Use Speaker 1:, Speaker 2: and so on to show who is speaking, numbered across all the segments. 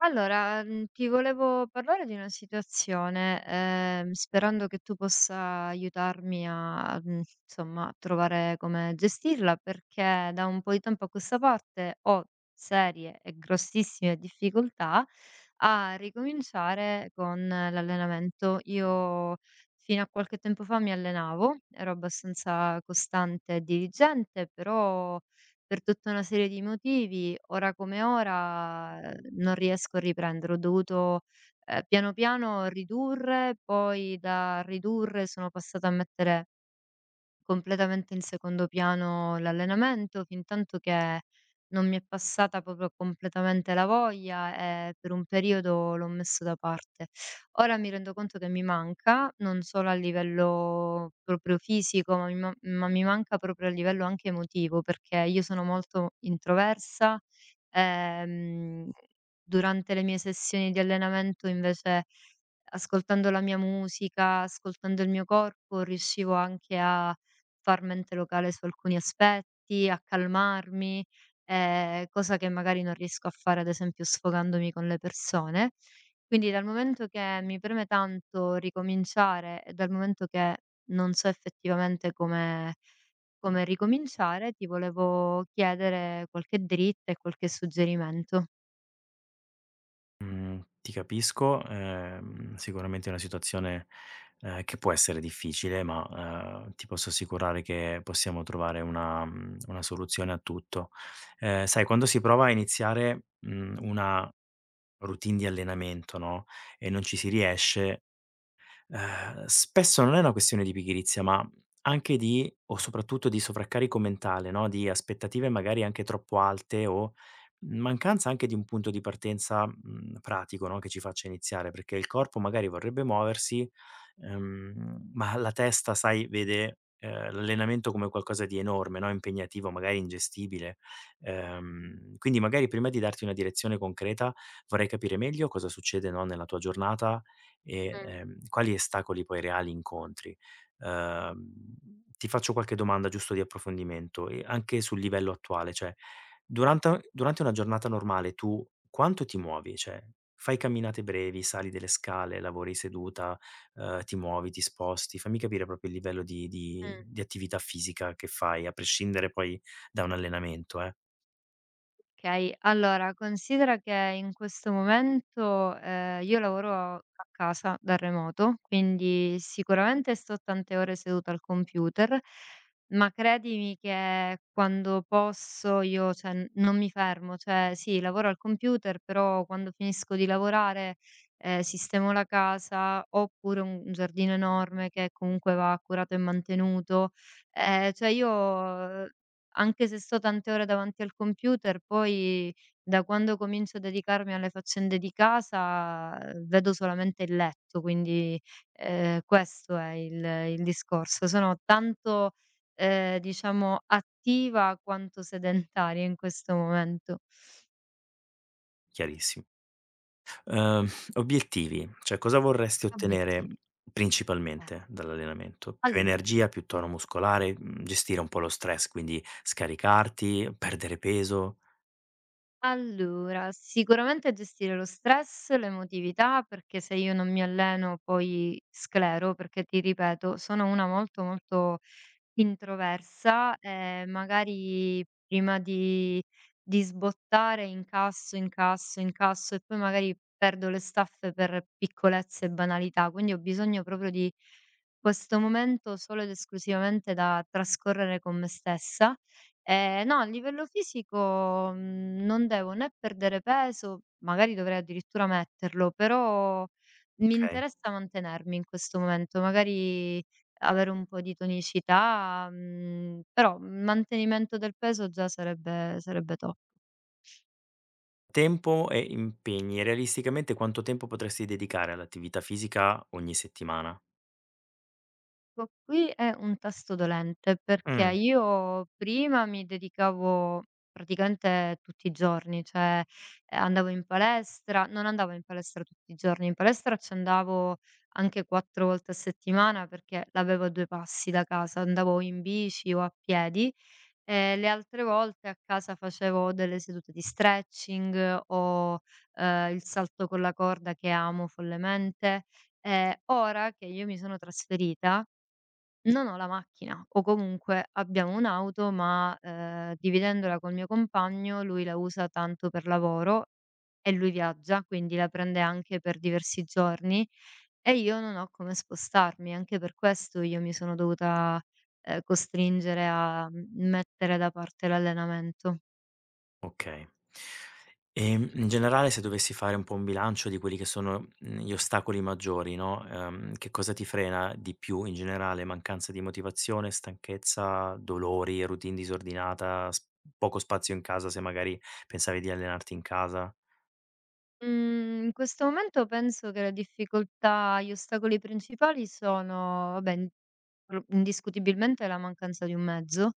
Speaker 1: Ti volevo parlare di una situazione, sperando che tu possa aiutarmi a insomma, trovare come gestirla, perché da un po' di tempo a questa parte ho serie e grossissime difficoltà a ricominciare con l'allenamento. Io fino a qualche tempo fa mi allenavo, ero abbastanza costante e diligente, però per tutta una serie di motivi, ora come ora, non riesco a riprendere. Ho dovuto, piano piano ridurre, poi da ridurre sono passata a mettere completamente in secondo piano l'allenamento, fintanto che non mi è passata proprio completamente la voglia e per un periodo l'ho messo da parte. Ora mi rendo conto che mi manca, non solo a livello proprio fisico, ma mi manca proprio a livello anche emotivo, perché io sono molto introversa, ehm, durante le mie sessioni di allenamento invece, ascoltando la mia musica, ascoltando il mio corpo, riuscivo anche a far mente locale su alcuni aspetti, a calmarmi, cosa che magari non riesco a fare, ad esempio, sfogandomi con le persone. Quindi dal momento che mi preme tanto ricominciare e dal momento che non so effettivamente come ricominciare, ti volevo chiedere qualche dritta e qualche suggerimento.
Speaker 2: Mhmm, Ti capisco, sicuramente è una situazione, che può essere difficile, ma, ti posso assicurare che possiamo trovare una soluzione a tutto. Sai quando si prova a iniziare, una routine di allenamento, no, e non ci si riesce. Spesso non è una questione di pigrizia, ma anche di o soprattutto di sovraccarico mentale, no, di aspettative magari anche troppo alte o mancanza anche di un punto di partenza, pratico, no, che ci faccia iniziare, perché il corpo magari vorrebbe muoversi, ma la testa, sai, vede, l'allenamento come qualcosa di enorme, no, impegnativo, magari ingestibile. Quindi magari prima di darti una direzione concreta vorrei capire meglio cosa succede, no, nella tua giornata e,
Speaker 1: Mh.
Speaker 2: quali ostacoli poi reali incontri? Uhm, Ti faccio qualche domanda giusto di approfondimento e anche sul livello attuale, cioè durante una giornata normale tu quanto ti muovi? Cioè, fai camminate brevi, sali delle scale, lavori seduta, ti muovi, ti sposti? Fammi capire proprio il livello di di
Speaker 1: Mh.
Speaker 2: di attività fisica che fai, a prescindere poi da un allenamento,
Speaker 1: Okay, allora considera che in questo momento, io lavoro a casa da remoto, quindi sicuramente sto tante ore seduta al computer, ma credimi che quando posso io, cioè, n non mi fermo, cioè sì, lavoro al computer, però quando finisco di lavorare, sistemo la casa, ho pure un giardino enorme che comunque va curato e mantenuto. Cioè io anche se sto tante ore davanti al computer, poi da quando comincio a dedicarmi alle faccende di casa, vedo solamente il letto, quindi, questo è il discorso. Sono tanto, diciamo attiva quanto sedentaria in questo momento.
Speaker 2: chiarissimo. Ehm, Obiettivi, cioè cosa vorresti ottenere
Speaker 1: Obiettivi. Eh.
Speaker 2: principalmente dall'allenamento? Più
Speaker 1: Allora
Speaker 2: energia, più tono muscolare, gestire un po' lo stress, quindi scaricarti, perdere peso,
Speaker 1: allora, sicuramente gestire lo stress, l'emotività, perché se io non mi alleno poi sclero, perché ti ripeto, sono una molto, molto introversa, magari prima di sbottare incasso, incasso, incasso e poi magari perdo le staffe per piccolezze e banalità. Quindi ho bisogno proprio di questo momento solo ed esclusivamente da trascorrere con me stessa. No, a livello fisico, non devo né perdere peso, magari dovrei addirittura metterlo, però mi
Speaker 2: okay.
Speaker 1: interessa mantenermi in questo momento. Magari avere un po' di tonicità, però il mantenimento del peso già sarebbe top.
Speaker 2: Tempo e impegni: realisticamente quanto tempo potresti dedicare all'attività fisica ogni settimana?
Speaker 1: Co qui è un tasto dolente, perché
Speaker 2: Mh.
Speaker 1: io prima mi dedicavo praticamente tutti i giorni, cioè, andavo in palestra non andavo in palestra tutti i giorni, in palestra ci andavo anche 4 volte a settimana perché l'avevo a 2 passi da casa, andavo in bici o a piedi. Le altre volte a casa facevo delle sedute di stretching o, il salto con la corda che amo follemente. Ora che io mi sono trasferita, non ho la macchina o comunque abbiamo un'auto ma, dividendola col mio compagno, lui la usa tanto per lavoro e lui viaggia, quindi la prende anche per diversi giorni e io non ho come spostarmi, anche per questo io mi sono dovuta, costringere a, mettere da parte l'allenamento.
Speaker 2: Okay. In generale se dovessi fare un po' un bilancio di quelli che sono, gli ostacoli maggiori, no, che cosa ti frena di più in generale? Mancanza di motivazione, stanchezza, dolori, routine disordinata, s poco spazio in casa se magari pensavi di allenarti in casa?
Speaker 1: Mhmm, In questo momento penso che le difficoltà, gli ostacoli principali sono vabbè, in pro indiscutibilmente la mancanza di un mezzo.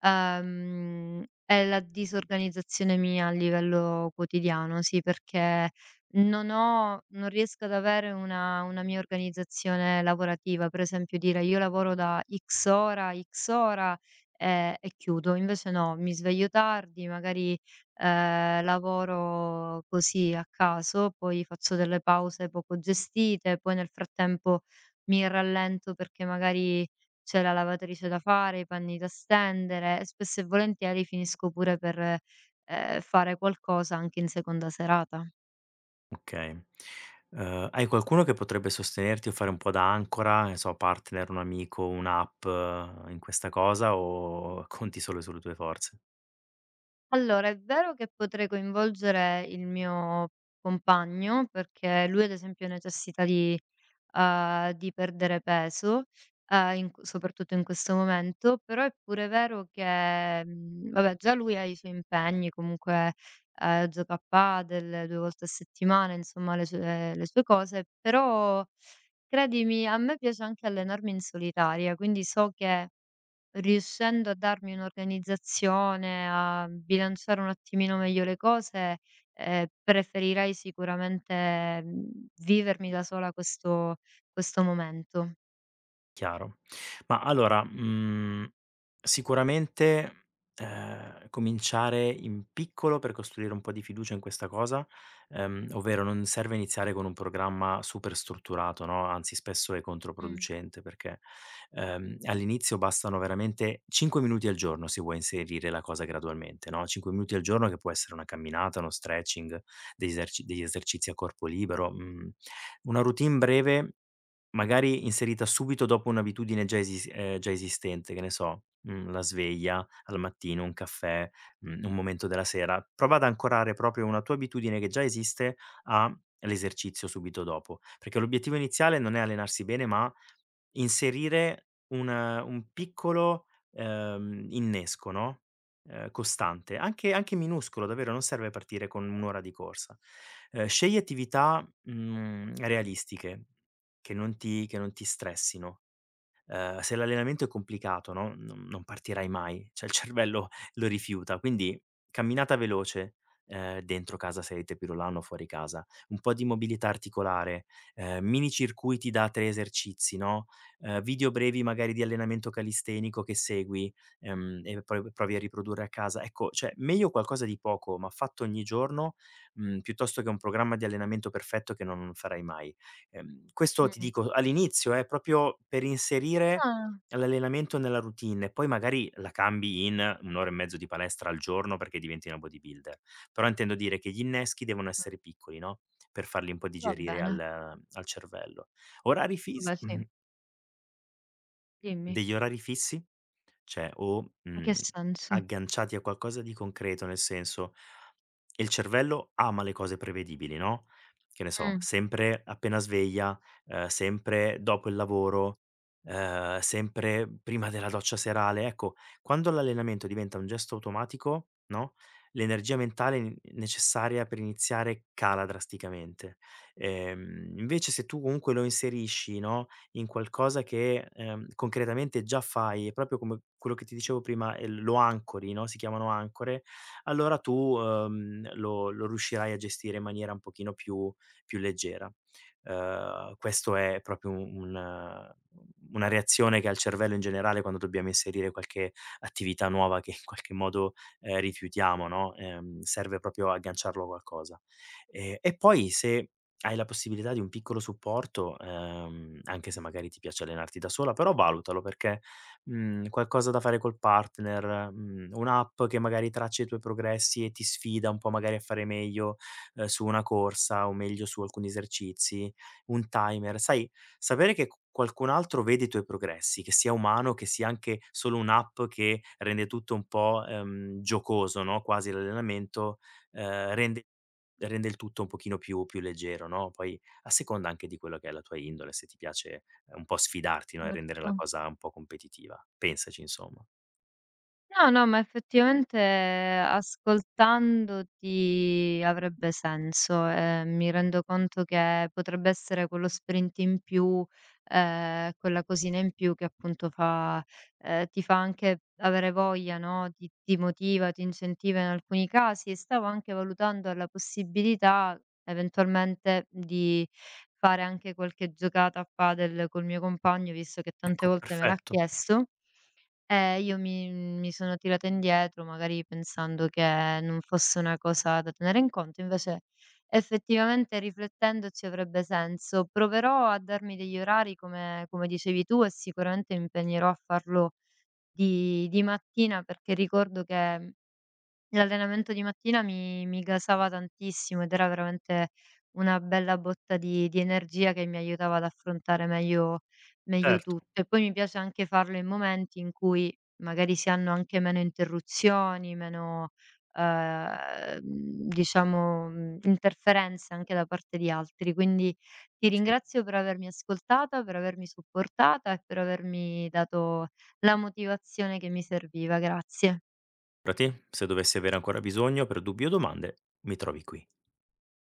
Speaker 1: È la disorganizzazione mia a livello quotidiano, sì, perché non riesco ad avere una mia organizzazione lavorativa. Per esempio dire: "Io lavoro da X ora a X ora, e chiudo." Invece no, mi sveglio tardi, magari, lavoro così a caso, poi faccio delle pause poco gestite, poi nel frattempo mi rallento perché magari c'è la lavatrice da fare, i panni da stendere e spesso e volentieri finisco pure per, fare qualcosa anche in seconda serata.
Speaker 2: Okay. Hai qualcuno che potrebbe sostenerti o fare un po' da ancora, ne so, partner, un amico, un'app in questa cosa o conti solo sulle tue forze?
Speaker 1: Allora, è vero che potrei coinvolgere il mio compagno, perché lui ad esempio necessita di, di perdere peso, in q soprattutto in questo momento, però è pure vero che, vabbè già lui ha i suoi impegni, comunque, gioca a padel 2 volte a settimana, insomma ha le sue cose, però credimi a me piace anche allenarmi in solitaria, quindi so che riuscendo a darmi un'organizzazione, a bilanciare un attimino meglio le cose, preferirei sicuramente, vivermi da sola questo momento.
Speaker 2: Chiaro. Ma allora, sicuramente, cominciare in piccolo per costruire un po' di fiducia in questa cosa, ovvero non serve iniziare con un programma super strutturato, no, anzi spesso è
Speaker 1: Mh.
Speaker 2: controproducente perché, all'inizio bastano veramente 5 minuti al giorno se vuoi inserire la cosa gradualmente, no, 5 minuti al giorno che può essere una camminata, uno stretching, degli esercizi a corpo libero, una routine breve magari inserita subito dopo un'abitudine già esistente, che ne so, la sveglia al mattino, un caffè, un momento della sera. Prova ad ancorare proprio una tua abitudine che già esiste all'esercizio subito dopo, perché l'obiettivo iniziale non è allenarsi bene, ma inserire un piccolo, innesco, no, costante, anche minuscolo, davvero, non serve partire con 1 ora di corsa. Scegli attività, realistiche, che non ti stressino . Se l'allenamento è complicato, no, non partirai mai, cioè il cervello lo rifiuta. Quindi camminata veloce, dentro casa se hai il tepirolano o fuori casa, un po' di mobilità articolare, mini circuiti da 3 esercizi, no, video brevi magari di allenamento calistenico che segui, e poi provi a riprodurre a casa. Ecco, cioè meglio qualcosa di poco, ma fatto ogni giorno, piuttosto che un programma di allenamento perfetto che non farai mai. Questo ti
Speaker 1: Mh.
Speaker 2: dico all'inizio, proprio per inserire
Speaker 1: Ah,
Speaker 2: l'allenamento nella routine, poi magari la cambi in 1 ora e mezzo di palestra al giorno perché diventi una bodybuilder. Però intendo dire che gli inneschi devono essere piccoli, no, per farli un po'
Speaker 1: va
Speaker 2: digerire
Speaker 1: bene.
Speaker 2: al cervello. Orari fis
Speaker 1: Vabbè sì, dimmi.
Speaker 2: degli orari fissi, cioè
Speaker 1: In che senso?
Speaker 2: agganciati a qualcosa di concreto, nel senso il cervello ama le cose prevedibili, no, che ne so,
Speaker 1: Mh.
Speaker 2: sempre appena sveglia, sempre dopo il lavoro, sempre prima della doccia serale. Ecco, quando l'allenamento diventa un gesto automatico, no, l'energia mentale n necessaria per iniziare cala drasticamente. Invece se tu comunque lo inserisci, no, in qualcosa che, concretamente già fai, proprio come quello che ti dicevo prima, lo ancori, no, si chiamano ancore, allora tu, lo riuscirai a gestire in maniera un pochino più leggera. Questo è proprio un una reazione che ha il cervello in generale quando dobbiamo inserire qualche attività nuova che in qualche modo, rifiutiamo, no, serve proprio a agganciarlo a qualcosa. E poi se hai la possibilità di un piccolo supporto, anche se magari ti piace allenarti da sola, però valutalo perché, qualcosa da fare col partner, un'app che magari traccia i tuoi progressi e ti sfida un po' magari a fare meglio, su una corsa o meglio su alcuni esercizi, un timer. Sai, sapere che q qualcun altro vede i tuoi progressi, che sia umano, che sia anche solo un'app che rende tutto un po', giocoso, no, quasi l'allenamento, ehm, rende rende il tutto un pochino più leggero, no, poi a seconda anche di quello che è la tua indole, se ti piace un po' sfidarti, no, e rendere la
Speaker 1: Certo.
Speaker 2: cosa un po' competitiva. Pensaci insomma.
Speaker 1: No, no, ma effettivamente ascoltandoti avrebbe senso, mi rendo conto che potrebbe essere quello sprint in più, quella cosina in più che appunto fa ti fa anche avere voglia, no, ti motiva, ti incentiva in alcuni casi e stavo anche valutando la possibilità eventualmente di fare anche qualche giocata a padel col mio compagno, visto che tante
Speaker 2: Ecco,
Speaker 1: volte me l'ha
Speaker 2: perfetto,
Speaker 1: chiesto. Io mi sono tirata indietro, magari pensando che non fosse una cosa da tenere in conto, invece effettivamente riflettendoci avrebbe senso. Proverò a darmi degli orari come dicevi tu e sicuramente mi impegnerò a farlo di mattina perché ricordo che l'allenamento di mattina mi gasava tantissimo ed era veramente una bella botta di energia che mi aiutava ad affrontare meglio
Speaker 2: certo,
Speaker 1: tutto. E poi mi piace anche farlo in momenti in cui magari si hanno anche meno interruzioni, meno, diciamo, interferenze anche da parte di altri. Quindi ti
Speaker 2: sì.
Speaker 1: ringrazio per avermi ascoltata, per avermi supportata e per avermi dato la motivazione che mi serviva. Grazie.
Speaker 2: Figurati, se dovessi avere ancora bisogno per dubbi o domande, mi trovi qui.